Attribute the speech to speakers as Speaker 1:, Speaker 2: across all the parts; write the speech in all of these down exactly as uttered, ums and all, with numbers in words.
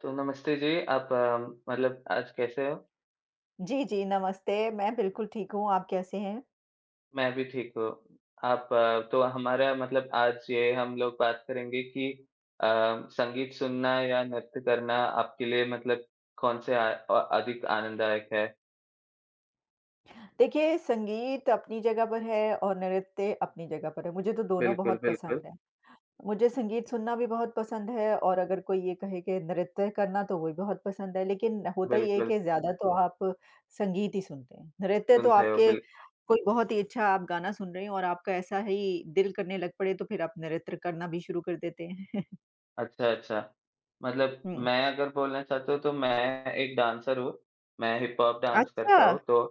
Speaker 1: तो नमस्ते जी, आप अ, मतलब आज कैसे हो?
Speaker 2: जी, जी, नमस्ते। मैं बिल्कुल ठीक हूँ, आप कैसे हैं?
Speaker 1: मैं भी ठीक हूँ। आप अ, तो हमारा मतलब आज ये हम लोग बात करेंगे कि अ, संगीत सुनना या नृत्य करना आपके लिए मतलब कौन से आ, अ, अधिक आनंददायक है?
Speaker 2: देखिए, संगीत अपनी जगह पर है और नृत्य अपनी जगह पर है। मुझे तो दोनों
Speaker 1: बिल्कुल,
Speaker 2: बहुत
Speaker 1: बिल्कुल,
Speaker 2: पसंद है। मुझे संगीत सुनना भी बहुत पसंद है और अगर कोई ये कहे कि नृत्य करना तो वो भी बहुत पसंद है। लेकिन होता ये है
Speaker 1: बिल्कुल,
Speaker 2: कि ज़्यादा तो आप संगीत ही सुनते हैं। नृत्य तो
Speaker 1: सुनते हो
Speaker 2: आपके
Speaker 1: बिल
Speaker 2: कोई बहुत ही अच्छा आप गाना सुन रहे हो और आपका ऐसा ही दिल करने लग पड़े तो फिर आप नृत्य करना भी शुरू कर देते हैं।
Speaker 1: अच्छा, अच्छा। मतलब
Speaker 2: हुँ।
Speaker 1: मैं अगर बोलना चाहता हूँ तो मैं एक डांसर हूँ, मैं हिप हॉप डांस
Speaker 2: अच्छा।
Speaker 1: करता हूँ तो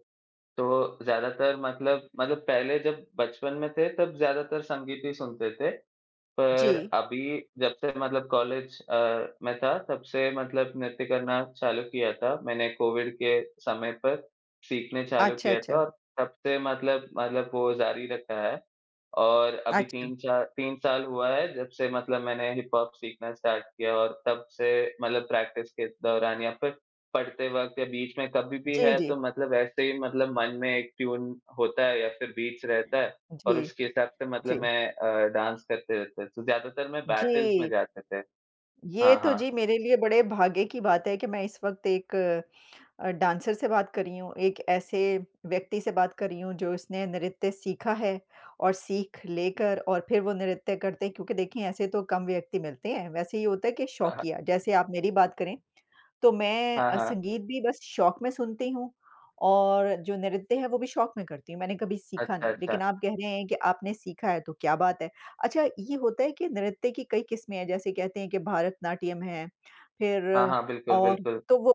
Speaker 1: तो ज़्यादातर मतलब मतलब पहले जब बचपन में थे तब ज़्यादातर संगीत ही सुनते थे।
Speaker 2: जी।
Speaker 1: पर अभी जब से मतलब कॉलेज अ, में था तब से मतलब नृत्य करना चालू किया था। मैंने कोविड के समय पर सीखने चालू
Speaker 2: अच्छा,
Speaker 1: किया था
Speaker 2: अच्छा।
Speaker 1: और तब से मतलब मतलब वो जारी रखा है। और अभी
Speaker 2: अच्छा।
Speaker 1: तीन चार तीन साल हुआ है जब से मतलब मैंने हिप हॉप सीखना स्टार्ट किया और तब से मतलब प्रैक्टिस के दौरान या फिर पढ़ते वक़्त या बीच में कभी भी
Speaker 2: जी,
Speaker 1: है
Speaker 2: जी।
Speaker 1: तो मतलब ऐसे ही मतलब मन में एक ट्यून होता है या फिर बीट्स हुँ। रहता है। और
Speaker 2: जी।
Speaker 1: उसके हिसाब से मतलब
Speaker 2: जी,
Speaker 1: मैं अ, डांस करते रहते थे। तो ज़्यादातर मैं
Speaker 2: जी।
Speaker 1: बैटल्स में जाते थे।
Speaker 2: ये
Speaker 1: हाँ,
Speaker 2: तो
Speaker 1: हाँ।
Speaker 2: जी मेरे लिए बड़े भाग्य की बात है कि मैं इस वक़्त एक अ, डांसर से बात कर रही हूँ, एक ऐसे व्यक्ति से बात कर रही हूँ जो इसने नृत्य सीखा है और सीख लेकर और फिर वो नृत्य करते हैं क्योंकि देखिए ऐसे तो कम व्यक्ति मिलते हैं। वैसे ये होता है कि
Speaker 1: अ, ह
Speaker 2: शौकिया, जैसे आप मेरी बात करें तो मैं
Speaker 1: हाँ,
Speaker 2: अ,
Speaker 1: हाँ।
Speaker 2: संगीत भी बस शौक में सुनती हूँ और जो नृत्य है वो भी शौक में करती हूँ। मैंने कभी सीखा
Speaker 1: अच्छा,
Speaker 2: नहीं,
Speaker 1: अच्छा।
Speaker 2: लेकिन आप कह रहे हैं कि आपने सीखा है तो क्या बात है। अच्छा ये होता है कि नृत्य की कई किस्में हैं जैसे कहते हैं कि भरतनाट्यम है, फिर
Speaker 1: हाँ, हाँ, बिल्कुल,
Speaker 2: और
Speaker 1: बिल्कुल।
Speaker 2: तो वो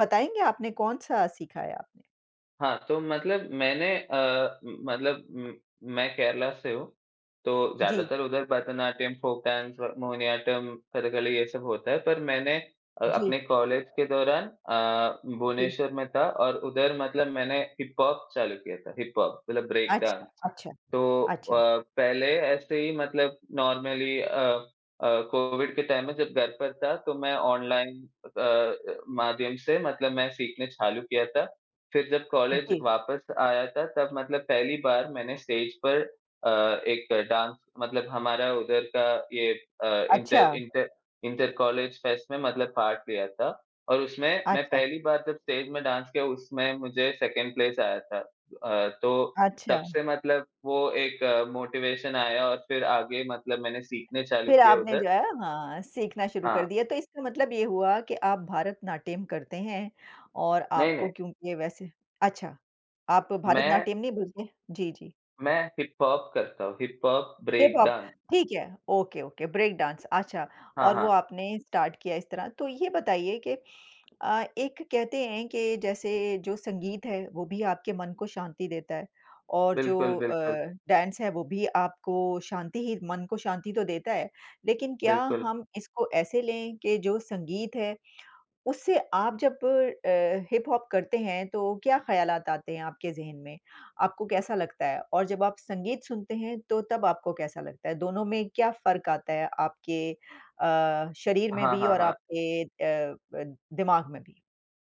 Speaker 2: बताएँगे आपने कौन-सा सीखा है आपने?
Speaker 1: हाँ, तो मतलब मैंने अ, मतलब म मैं केरला से हूँ, तो
Speaker 2: जी,
Speaker 1: ज़्यादातर उधर भरतनाट्यम, फ़ोक डांस, व मोहिनीअट्टम, कथकली ये सब होता है। पर मैंने अ,
Speaker 2: जी,
Speaker 1: अपने कॉलेज के दौरान अ,
Speaker 2: जी।
Speaker 1: भुवनेश्वर में था और उधर मतलब मैंने हिप हॉप चालू किया था, हिप हॉप मतलब ब्रेक
Speaker 2: अच्छा,
Speaker 1: डांस।
Speaker 2: अच्छा,
Speaker 1: तो
Speaker 2: अच्छा।
Speaker 1: अ, पहले ऐसे ही मतलब नॉर्मली अ अ, कोविड के टाइम में जब घर पर था तो मैं ऑनलाइन अ अ, माध्यम से मतलब मैं सीखने चालू किया था। फिर जब कॉलेज
Speaker 2: जी।
Speaker 1: वापस आया था तब मतलब पहली बार मैंने स्टेज पर अ, एक डांस मतलब हमारा उधर का ये अ,
Speaker 2: अच्छा,
Speaker 1: inter inter inter college fest में मतलब पार्ट लिया था और उसमें मैं
Speaker 2: अच्छा,
Speaker 1: पहली बार जब स्टेज में डांस किया उसमें मुझे सेकंड प्लेस आया था। अ, तो
Speaker 2: अच्छा,
Speaker 1: तब
Speaker 2: अच्छा।
Speaker 1: से मतलब वो एक मोटिवेशन आया और फिर आगे मतलब मैंने सीखने चालू
Speaker 2: फिर
Speaker 1: किया
Speaker 2: आपने
Speaker 1: उधर
Speaker 2: जो है हाँ, सीखना शुरू
Speaker 1: हाँ,
Speaker 2: कर दिया। तो इसका मतलब ये हुआ कि आप भरतनाट्यम करते हैं और
Speaker 1: नहीं, नहीं,
Speaker 2: आपको क्योंकि वैसे अच्छा, आप
Speaker 1: मैं
Speaker 2: भरतनाट्यम नहीं बोलते? जी, जी।
Speaker 1: मैं हिप हॉप करता हूँ, hip hop, break
Speaker 2: hip hop
Speaker 1: dance.
Speaker 2: ठीक है, ओके, ओके, ब्रेक डांस अच्छा
Speaker 1: हाँ,
Speaker 2: और वो
Speaker 1: हाँ,
Speaker 2: आपने स्टार्ट किया इस तरह। तो ये बताइए कि अ, एक कहते हैं कि जैसे जो संगीत है वो भी आपके मन को शांति देता है और जो
Speaker 1: बिल्कुल,
Speaker 2: अ,
Speaker 1: बिल्कुल,
Speaker 2: डांस है वो भी आपको शांति ही मन को शांति तो देता है। लेकिन क्या
Speaker 1: बिल्कुल।
Speaker 2: हम इसको ऐसे लें कि जो संगीत है उससे आप जब अ, हिप हॉप करते हैं तो क्या ख़्यालात आते हैं आपके ज़हन में? आपको कैसा लगता है? और जब आप संगीत सुनते हैं तो तब आपको कैसा लगता है? दोनों में क्या फ़र्क आता है आपके अ, शरीर में
Speaker 1: हाँ,
Speaker 2: भी
Speaker 1: हाँ,
Speaker 2: और
Speaker 1: हाँ।
Speaker 2: आपके अ, ब दिमाग में भी?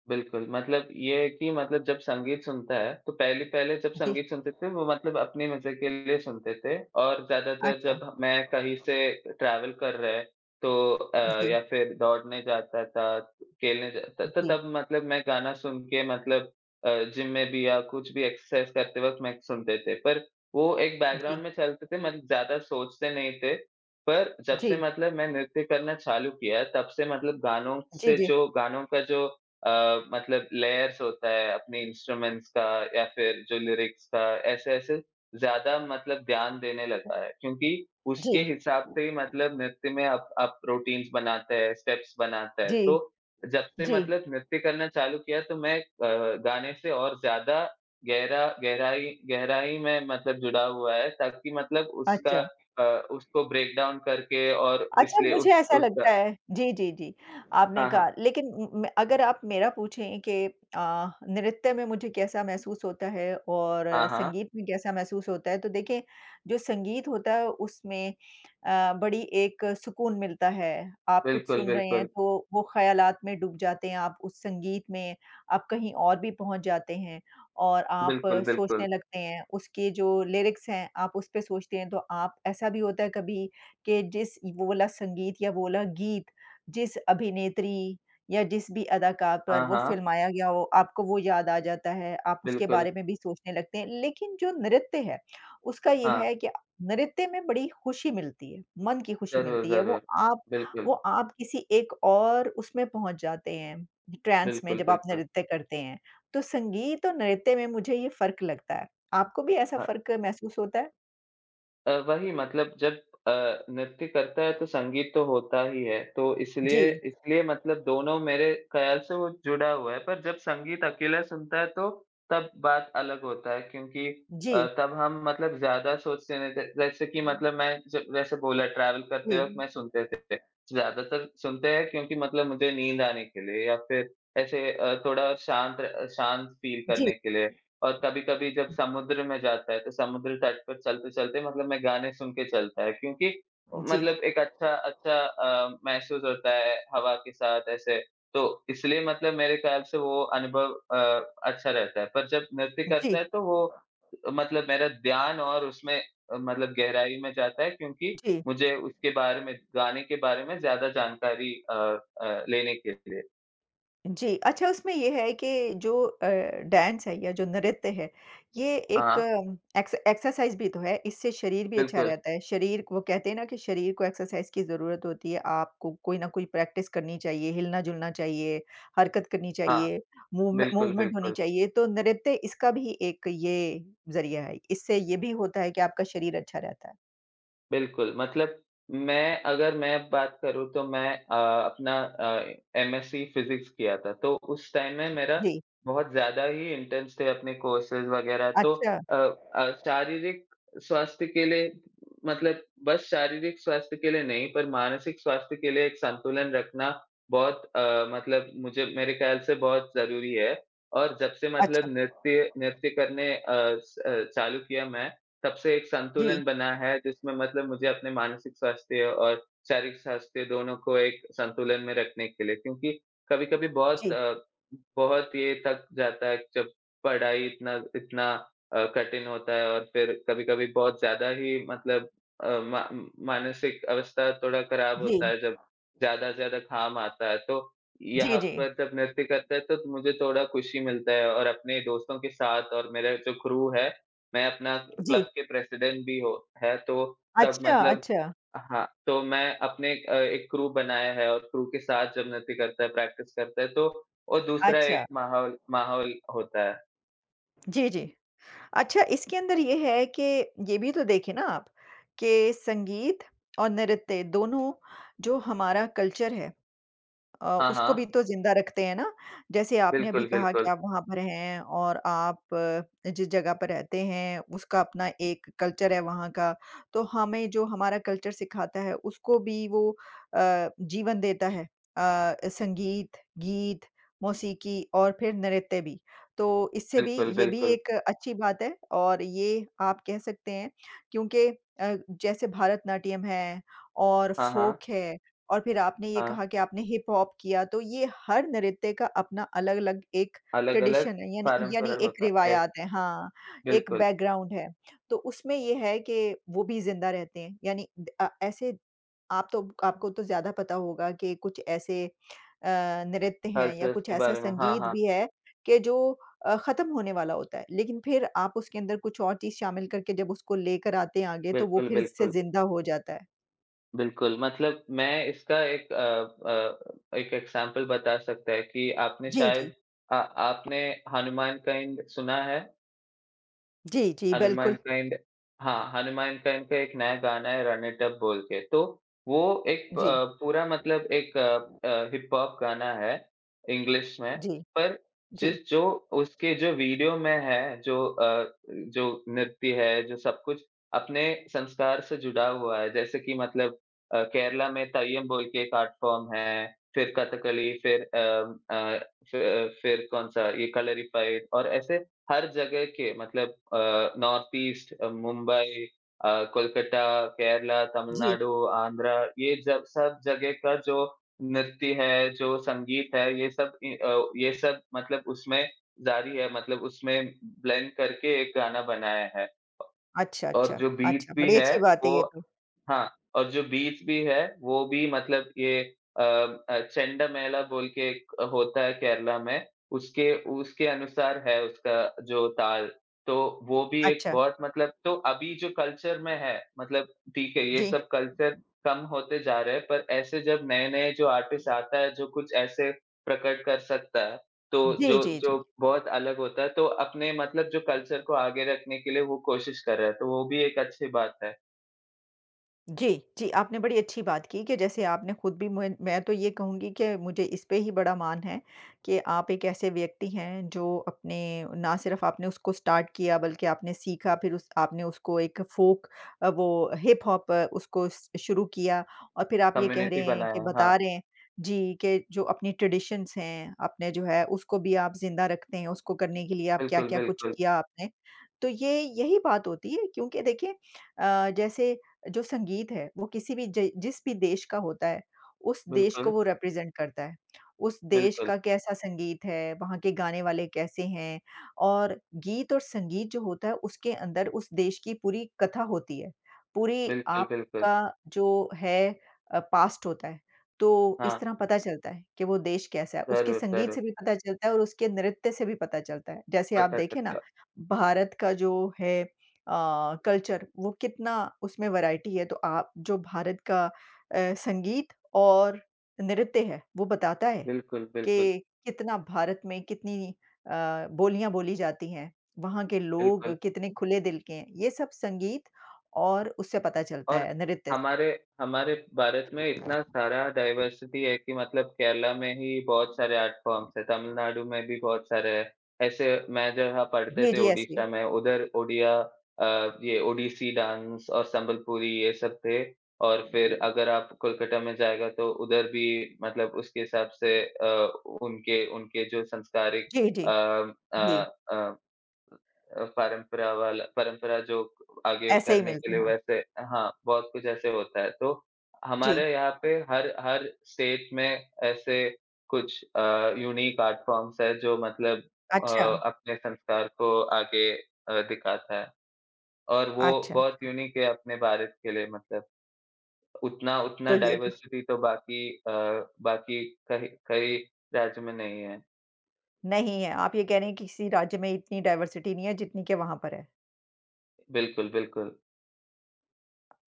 Speaker 1: बिल्कुल, मतलब ये है कि मतलब जब संगीत सुनता है, तो पहले-पहले जब
Speaker 2: जी,
Speaker 1: संगीत सुनते थे, वो मतलब अपनी मज़े के लिए सुनते थे और ज़्यादातर
Speaker 2: अच्छा।
Speaker 1: जब मैं कहीं से ट्रैवल कर रहे, तो अ,
Speaker 2: जी,
Speaker 1: या फिर दौड़ने जाता था, खेलने जाता था, तो
Speaker 2: जी,
Speaker 1: तब मतलब मैं गाना सुन के मतलब अ, जिम में भी या कुछ भी एक्सरसाइज़ करते वक़्त मैं सुनते थे। पर वो एक बैकग्राउंड
Speaker 2: जी,
Speaker 1: में चलते थे, मतलब ज़्यादा सोचते नहीं थे। पर जब से
Speaker 2: जी,
Speaker 1: मतलब मैं नृत्य करना चालू किया है, तब से मतलब गानों
Speaker 2: जी,
Speaker 1: से
Speaker 2: जी,
Speaker 1: जो गानों का जो अ, मतलब लेयर्स होता है अपने इंस्ट्रूमेंट्स का या फिर जो लिरिक्स का ऐसे-ऐसे ज़्यादा मतलब ध्यान देने लगा है क्योंकि
Speaker 2: जी,
Speaker 1: उसके हिसाब से ही मतलब नृत्य में आप आप रूटीन्स बनाते हैं, स्टेप्स बनाते हैं।
Speaker 2: जी,
Speaker 1: तो जब से
Speaker 2: जी,
Speaker 1: मतलब नृत्य करना चालू किया तो मैं अ, गाने से और ज़्यादा गहरा गहराई गहराई में मतलब जुड़ा हुआ है ताकि मतलब उसका
Speaker 2: अच्छा।
Speaker 1: अ, उसको ब्रेक डाउन करके और
Speaker 2: अच्छा,
Speaker 1: इसलिए
Speaker 2: मुझे
Speaker 1: उस
Speaker 2: ऐसा लगता
Speaker 1: उसका
Speaker 2: है जी, जी, जी, आपने
Speaker 1: हाँ, हाँ।
Speaker 2: कहा लेकिन उम, म अगर आप मेरा पूछें कि अ, नृत्य में मुझे कैसा महसूस होता है और
Speaker 1: हाँ, हाँ।
Speaker 2: संगीत में कैसा महसूस होता है, तो देखिए, जो संगीत होता है उसमें अ, बड़ी एक सुकून मिलता है। आप कुछ
Speaker 1: बिल्कुल,
Speaker 2: सुन रहे हैं
Speaker 1: बिल्कुल।
Speaker 2: तो वो ख़्यालात में डूब जाते हैं, आप उस संगीत में आप कहीं और भी पहुँच जाते हैं और आप
Speaker 1: बिल्कुल,
Speaker 2: सोचने
Speaker 1: बिल्कुल।
Speaker 2: लगते हैं, उसके जो लिरिक्स हैं, आप उस पे सोचते हैं, तो आप ऐसा भी होता है कभी कि जिस वो वाला संगीत या वो वाला गीत जिस अभिनेत्री या जिस भी अदाकार पर
Speaker 1: हाँ,
Speaker 2: वो
Speaker 1: हाँ,
Speaker 2: फ़िल्माया गया हो, आपको वो याद आ जाता है, आप उसके
Speaker 1: बिल्कुल।
Speaker 2: बारे में भी सोचने लगते हैं। लेकिन जो नृत्य है, उसका ये
Speaker 1: हाँ,
Speaker 2: है कि नृत्य में बड़ी खुशी मिलती है, मन की खुशी
Speaker 1: ज़रूर,
Speaker 2: मिलती है। वो
Speaker 1: ज़रूर।
Speaker 2: आप
Speaker 1: बिल्कुल,
Speaker 2: वो आप किसी एक और उसमें पहुँच जाते हैं, ट्रांस में
Speaker 1: बिल्कुल,
Speaker 2: जब आप
Speaker 1: बिल्कुल।
Speaker 2: नृत्य करते हैं। तो संगीत और नृत्य में मुझे ये फ़र्क लगता है। आपको भी ऐसा फ़र्क महसूस होता है?
Speaker 1: अ, वही मतलब जब अ, नृत्य करता है तो संगीत तो होता ही है, तो इसलिए
Speaker 2: जी,
Speaker 1: इसलिए मतलब दोनों मेरे ख़्याल से वो जुड़ा हुआ है, पर जब संगीत अकेला सुनता है तो तब बात अलग होता है क्योंकि अ,
Speaker 2: जी,
Speaker 1: तब हम मतलब ज़्यादा सोचते नहीं थे, जैसे कि हुँ। मतलब मैं ज जैसे बोला ट्रैवल करते
Speaker 2: जी,
Speaker 1: वक़्त हुँ। मैं सुनते थे। ज़्यादातर सुनते हैं क्योंकि मतलब मुझे नींद आने के लिए या फिर ऐसे अ, थोड़ा शांत शांत फ़ील
Speaker 2: जी।
Speaker 1: करने के लिए। और कभी-कभी जब समुद्र में जाता है, तो समुद्र तट पर चलते-चलते मतलब मैं गाने सुन के चलता है क्योंकि
Speaker 2: जी,
Speaker 1: मतलब एक अच्छा अच्छा अ, महसूस होता है हवा के साथ ऐसे, तो इसलिए मतलब मेरे ख्याल से वो अनुभव अ, अच्छा रहता है। पर जब नृत्य करता
Speaker 2: जी,
Speaker 1: है तो वो मतलब मेरा ध्यान और उसमें अ, मतलब गहराई में जाता है क्योंकि
Speaker 2: जी,
Speaker 1: मुझे उसके बारे में गाने के बारे में ज़्यादा जानकारी अ अ, लेने के लिए।
Speaker 2: जी। अच्छा उसमें ये है कि जो अ, डांस है या जो नृत्य है, ये एक
Speaker 1: हाँ,
Speaker 2: एक्स एक्सरसाइज़ भी तो है, इससे शरीर भी अच्छा
Speaker 1: बिल्कुल।
Speaker 2: रहता है। शरीर को वो कहते हैं ना कि शरीर को एक्सरसाइज़ की ज़रूरत होती है, आपको कोई ना कोई प्रैक्टिस करनी चाहिए, हिलना-जुलना चाहिए, हरकत करनी
Speaker 1: हाँ,
Speaker 2: चाहिए, मूवमे
Speaker 1: बिल्कुल,
Speaker 2: मूवमेंट होनी
Speaker 1: बिल्कुल।
Speaker 2: चाहिए, तो नृत्य इसका भी एक ये ज़रिया है। इससे ये भी होता है कि आपका शरीर अच्छा रहता है।
Speaker 1: बिल्कुल, मतलब मैं अगर मैं बात करूँ तो मैं अ, अपना अ, एम एस सी फ़िज़िक्स किया था, तो उस टाइम में मेरा
Speaker 2: जी,
Speaker 1: बहुत ज़्यादा ही इंटेंस थे अपने कोर्सेज़ वग़ैरह तो
Speaker 2: अच्छा,
Speaker 1: अ अ, शारीरिक स्वास्थ्य के लिए मतलब बस शारीरिक स्वास्थ्य के लिए नहीं, पर मानसिक स्वास्थ्य के लिए एक संतुलन रखना बहुत अ, मतलब मुझे मेरे ख़्याल से बहुत ज़रूरी है और जब से मतलब
Speaker 2: अच्छा।
Speaker 1: नृत्य नृत्य करने अ, स अ, चालू किया मैं तब से एक
Speaker 2: जी,
Speaker 1: संतुलन बना है जिसमें मतलब मुझे अपने मानसिक स्वास्थ्य और शारीरिक स्वास्थ्य दोनों को एक संतुलन में रखने के लिए क्योंकि कभी-कभी बहुत
Speaker 2: जी,
Speaker 1: अ, बहुत ये थक जाता है जब पढ़ाई इतना इतना अ, कठिन होता है और फिर कभी-कभी बहुत ज़्यादा ही मतलब अ, मा मानसिक अवस्था थोड़ा खराब
Speaker 2: जी,
Speaker 1: होता है जब ज़्यादा-ज़्यादा काम आता है। तो
Speaker 2: जी,
Speaker 1: यहाँ
Speaker 2: जी,
Speaker 1: पर जब नृत्य करते हैं तो मुझे थोड़ा खुशी मिलता है और अपने दोस्तों के साथ और मेरा जो क्रू है मैं अपना
Speaker 2: जी।
Speaker 1: क्लब के प्रेसिडेंट भी हो है तो तब
Speaker 2: अच्छा,
Speaker 1: मतलब
Speaker 2: अच्छा,
Speaker 1: हाँ, तो मैं अपने अ, एक क्रू बनाया है और क्रू के साथ जब नृत्य करता है, प्रैक्टिस करता है तो और दूसरा
Speaker 2: अच्छा।
Speaker 1: एक माहौल माहौल होता है।
Speaker 2: जी, जी। अच्छा इसके अंदर ये है कि ये भी तो देखें ना आप कि संगीत और नृत्य दोनों जो हमारा कल्चर है अ,
Speaker 1: हाँ,
Speaker 2: उसको भी
Speaker 1: हाँ।
Speaker 2: तो ज़िंदा रखते हैं ना। जैसे आपने अभी
Speaker 1: बिल्कुल,
Speaker 2: कहा कि
Speaker 1: बिल्कुल।
Speaker 2: आप वहाँ पर हैं और आप अ, जिस जगह पर रहते हैं उसका अपना एक कल्चर है वहाँ का, तो हमें जो हमारा कल्चर सिखाता है उसको भी वो अ, जीवन देता है। अ, संगीत, गीत, मौसीकी और फिर नृत्य भी। तो इससे भी
Speaker 1: बिल्कुल,
Speaker 2: ये भी
Speaker 1: बिल्कुल।
Speaker 2: एक अच्छी बात है और ये आप कह सकते हैं क्योंकि अ, जैसे भरतनाट्यम है और
Speaker 1: हाँ, हाँ।
Speaker 2: फ़ोक है और फिर आपने ये
Speaker 1: हाँ,
Speaker 2: कहा कि आपने हिप हॉप किया, तो ये हर नृत्य का अपना अलग-अलग एक
Speaker 1: अलग-अलग
Speaker 2: ट्रेडिशन है, यानी यानी
Speaker 1: परंपरा
Speaker 2: एक
Speaker 1: होता है।
Speaker 2: रिवायात है हाँ, एक
Speaker 1: बिल्कुल,
Speaker 2: बैकग्राउंड है। तो उसमें ये है कि वो भी ज़िंदा रहते हैं, यानी द अ, ऐसे आप तो आपको तो ज़्यादा पता होगा कि कुछ ऐसे अ, नृत्य
Speaker 1: हर
Speaker 2: हैं या
Speaker 1: चीज़
Speaker 2: कुछ
Speaker 1: के
Speaker 2: ऐसा
Speaker 1: बारे में हाँ,
Speaker 2: संगीत
Speaker 1: हाँ।
Speaker 2: भी है कि जो अ, ख़त्म होने वाला होता है, लेकिन फिर आप उसके अंदर कुछ और चीज़ शामिल करके जब उसको लेकर आते हैं आगे, तो वो
Speaker 1: बिल्कुल,
Speaker 2: फिर से
Speaker 1: बिल्कुल।
Speaker 2: ज़िंदा हो जाता है।
Speaker 1: बिल्कुल, मतलब मैं इसका एक अ अ, एक एग्ज़ाम्पल बता सकता है कि आपने
Speaker 2: जी, जी।
Speaker 1: शायद अ, आपने हनुमान काइंड सुना है?
Speaker 2: जी, जी,
Speaker 1: हनुमान
Speaker 2: बिल्कुल।
Speaker 1: काइंड हाँ, हनुमान काइंड का एक नया गाना है रन इट अप बोल के, तो वो एक
Speaker 2: जी,
Speaker 1: अ, पूरा मतलब एक अ, हिप हॉप गाना है इंग्लिश में,
Speaker 2: जी,
Speaker 1: पर
Speaker 2: जी,
Speaker 1: जिस जो उसके जो वीडियो में है, जो अ, जो नृत्य है, जो सब कुछ अपने संस्कार से जुड़ा हुआ है। जैसे कि मतलब अ, केरला में तय्यम बोल के एक आर्ट फॉर्म है, फिर कथकली, फिर अ अ, फ फिर कौन-सा ये कलरीपयट्ट और ऐसे हर जगह के मतलब अ, नॉर्थ ईस्ट अ, मुंबई अ, कोलकाता, केरला,
Speaker 2: जी।
Speaker 1: तमिलनाडु, आंध्र ये जब सब जगह का जो नृत्य है, जो संगीत है ये सब इ अ, ये सब मतलब उसमें जारी है मतलब उसमें ब्लेंड करके एक गाना बनाया है
Speaker 2: अच्छा,
Speaker 1: और
Speaker 2: अच्छा,
Speaker 1: जो बीट्स
Speaker 2: अच्छा,
Speaker 1: भी
Speaker 2: बड़ी
Speaker 1: है
Speaker 2: अच्छी बात है
Speaker 1: वो
Speaker 2: ये तो।
Speaker 1: हाँ, और जो बीच भी है, वो भी मतलब ये अ अ, चेंडमेला बोल के एक होता है केरला में, उसके उसके अनुसार है उसका जो ताल। तो वो भी एक
Speaker 2: अच्छा,
Speaker 1: बहुत मतलब तो अभी जो कल्चर में है, मतलब ठीक है, ये
Speaker 2: जी।
Speaker 1: सब कल्चर कम होते जा रहे हैं, पर ऐसे जब नए-नए जो आर्टिस्ट आता है, जो कुछ ऐसे प्रकट कर सकता है, तो जो
Speaker 2: जी, जी,
Speaker 1: जो
Speaker 2: जी।
Speaker 1: बहुत अलग होता है, तो अपने मतलब जो कल्चर को आगे रखने के लिए वो कोशिश कर रहा है, तो वो भी एक अच्छी बात है।
Speaker 2: जी, जी, आपने बड़ी अच्छी बात की कि जैसे आपने खुद भी मुझे मैं तो ये कहूँगी कि मुझे इस पे ही बड़ा माण है कि आप एक ऐसे व्यक्ति हैं जो अपने ना सिर्फ़ आपने उसको स्टार्ट किया बल्कि आपने सीखा फिर उस आपने उसको एक फ़ोक अ, वो हिप हॉप उसको स शुरू किया और फिर आप ये कह रहे
Speaker 1: कम्युनिटी
Speaker 2: हैं
Speaker 1: बनाया
Speaker 2: कि
Speaker 1: है, हाँ।
Speaker 2: बता रहे हैं जी, कि जो अपनी ट्रेडिशंस हैं, आपने जो है उसको भी आप ज़िंदा रखते हैं, उसको करने के लिए आप
Speaker 1: बिल्कुल,
Speaker 2: क्या-क्या कुछ
Speaker 1: बिल्कुल,
Speaker 2: किया आपने। तो ये यही बात होती है क्योंकि देखिए अ, जैसे जो संगीत है, वो किसी भी ज जिस भी देश का होता है, उस देश को
Speaker 1: बिल्कुल,
Speaker 2: वो रिप्रेज़ेंट करता है। उस देश
Speaker 1: बिल्कुल,
Speaker 2: का कैसा संगीत है, वहाँ के गाने वाले कैसे हैं और गीत और संगीत जो होता है, उसके अंदर उस देश की पूरी कथा होती है। पूरी
Speaker 1: बिल्कुल, बिल्कुल।
Speaker 2: आपका जो है अ, पास्ट होता है। तो
Speaker 1: हाँ,
Speaker 2: इस तरह पता चलता है कि वो देश कैसा है। उसके
Speaker 1: ज़रूर,
Speaker 2: संगीत
Speaker 1: ज़रूर,
Speaker 2: से भी पता चलता है और उसके नृत्य से भी पता चलता है। जैसे आप
Speaker 1: बता
Speaker 2: देखें
Speaker 1: सकते
Speaker 2: ना,
Speaker 1: हो।
Speaker 2: भारत का जो है अ, कल्चर वो कितना उसमें वैरायटी है। तो आप जो भारत का अ, संगीत और नृत्य है, वो बताता है
Speaker 1: बिल्कुल, बिल्कुल,
Speaker 2: कि कितना भारत में कितनी अ, बोलियाँ बोली जाती हैं, वहाँ के लोग
Speaker 1: बिल्कुल।
Speaker 2: कितने खुले दिल के हैं। ये सब संगीत और उससे पता चलता
Speaker 1: और
Speaker 2: है, नृत्य से।
Speaker 1: हमारे हमारे भारत में इतना सारा डाइवर्सिटी है कि मतलब केरला में ही बहुत सारे आर्ट फॉर्म्स हैं, तमिलनाडु में भी बहुत सारे हैं। ऐसे मैं जहाँ पढ़ते
Speaker 2: जी,
Speaker 1: थे
Speaker 2: जी, ऐसे ही।
Speaker 1: ओडिशा में उधर ओडिया अ, ये ओडिसी डांस और संबलपुरी ये सब थे और फिर अगर आप कोलकाता में जाएगा तो उधर भी मतलब उसके हिसाब से अ, उनके उनके जो संस्कारिक
Speaker 2: जी, जी,
Speaker 1: अ अ
Speaker 2: जी,
Speaker 1: अ, अ, परंपरा वाला परंपरा जो आगे
Speaker 2: ऐसे ही
Speaker 1: करने के
Speaker 2: मिलते हैं,
Speaker 1: लिए
Speaker 2: हाँ।
Speaker 1: वैसे हाँ, बहुत कुछ ऐसे होता है। तो
Speaker 2: जी,
Speaker 1: हमारे यहाँ पे हर हर स्टेट में ऐसे कुछ अ, यूनिक आर्ट फॉर्म्स है जो मतलब अ,
Speaker 2: अच्छा,
Speaker 1: अपने संस्कार को आगे अ, दिखाता है और वो
Speaker 2: अच्छा।
Speaker 1: बहुत यूनिक है अपने भारत के लिए मतलब उतना उतना
Speaker 2: तो ये तो
Speaker 1: डाइवर्सिटी तो बाकी अ, बाकी कहीं कई राज्य में नहीं है।
Speaker 2: नहीं है, आप ये कह रहे हैं कि किसी राज्य में इतनी डाइवर्सिटी नहीं है, जितनी कि वहाँ पर है।
Speaker 1: बिल्कुल, बिल्कुल,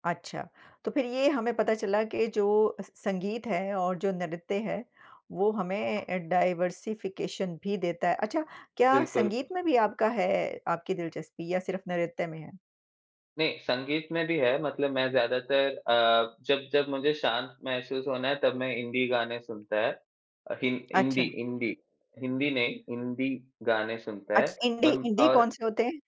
Speaker 2: अच्छा, तो फिर ये हमें पता चला कि जो स संगीत है और जो नृत्य है, वो हमें अ, डाइवर्सिफ़िकेशन भी देता है। अच्छा, क्या
Speaker 1: बिल्कुल।
Speaker 2: संगीत में भी आपका है आपकी दिलचस्पी या सिर्फ़ नृत्य में है?
Speaker 1: नहीं, संगीत में भी है मतलब मैं ज़्यादातर अ, जब जब मुझे शांत महसूस होना है तब मैं हिंदी गाने सुनता है। अ, हिन हिंदी
Speaker 2: अच्छा,
Speaker 1: हिंदी हिंदी नहीं, हिंदी गाने सुनता है
Speaker 2: अच्छा इंडी
Speaker 1: और
Speaker 2: इंडी
Speaker 1: और
Speaker 2: कौन से होते हैं?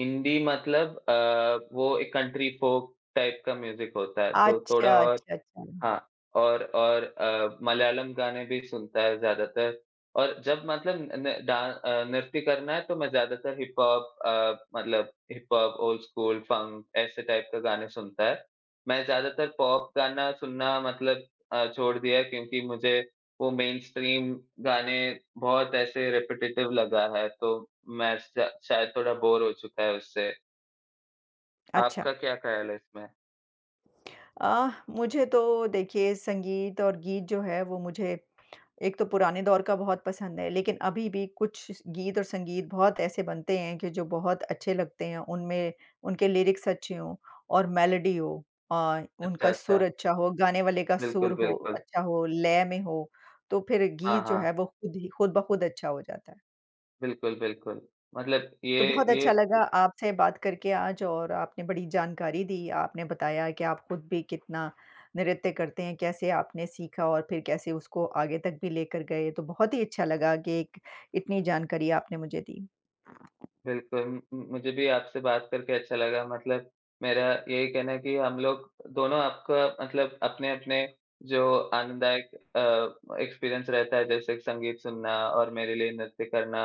Speaker 1: हिंदी मतलब अ, वो एक कंट्री फ़ोक टाइप का म्यूज़िक होता है, तो
Speaker 2: अच्छा,
Speaker 1: थोड़ा और
Speaker 2: अच्छा, अच्छा।
Speaker 1: हाँ, और और अ, मलयालम गाने भी सुनता है ज़्यादातर और जब मतलब न न डा अ, नृत्य करना है तो मैं ज़्यादातर हिप हॉप अ, मतलब hip hop, old school, funk ऐसे टाइप के गाने सुनता है। मैं ज़्यादातर पॉप गाना सुनना मतलब अ, छोड़ दिया है क्योंकि मुझे वो मेनस्ट्रीम गाने बहुत ऐसे रिपिटेटिव लगा है, तो मैं श शायद थोड़ा बोर हो चुका है उससे।
Speaker 2: अच्छा।
Speaker 1: आपका क्या ख़्याल है इसमें?
Speaker 2: अ, मुझे तो देखिए संगीत और गीत जो है वो मुझे एक तो पुराने दौर का बहुत पसंद है, लेकिन अभी भी कुछ गीत और संगीत बहुत ऐसे बनते हैं कि जो बहुत अच्छे लगते हैं। उनमें उनके लिरिक्स अच्छे हों और मेलोडी हो अ,
Speaker 1: अच्छा,
Speaker 2: उनका
Speaker 1: अच्छा।
Speaker 2: सुर अच्छा हो, गाने वाले का सुर
Speaker 1: बिल्कुल,
Speaker 2: हो
Speaker 1: बिल्कुल।
Speaker 2: अच्छा हो, लय में हो, तो फिर
Speaker 1: हाँ,
Speaker 2: गीत जो
Speaker 1: हाँ।
Speaker 2: है वो खुद ही खुद ब खुद अच्छा हो जाता है।
Speaker 1: बिल्कुल, बिल्कुल। मतलब ये
Speaker 2: तो बहुत
Speaker 1: ये
Speaker 2: अच्छा लगा आपसे बात करके आज और आपने बड़ी जानकारी दी। आपने बताया कि आप खुद भी कितना नृत्य करते हैं, कैसे आपने सीखा और फिर कैसे उसको आगे तक भी लेकर गए। तो बहुत ही अच्छा लगा कि एक इतनी जानकारी आपने मुझे दी।
Speaker 1: बिल्कुल म मुझे भी आपसे बात करके अच्छा लगा मतलब मेरा यही कहना है कि हम लोग दोनों आपका मतलब अपने-अपने जो आनंददायक अ, एक्सपीरियंस रहता है जैसे कि संगीत सुनना और मेरे लिए नृत्य करना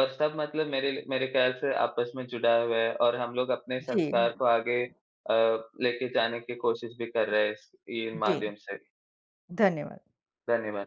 Speaker 1: और सब मतलब मेरे लिए मेरे ख्याल से आपस में जुड़ा हुआ है और हम लोग अपने
Speaker 2: जी,
Speaker 1: संस्कार को आगे अ, लेके जाने की कोशिश भी कर रहे हैं इस इन
Speaker 2: जी,
Speaker 1: माध्यम से।
Speaker 2: धन्यवाद।
Speaker 1: धन्यवाद।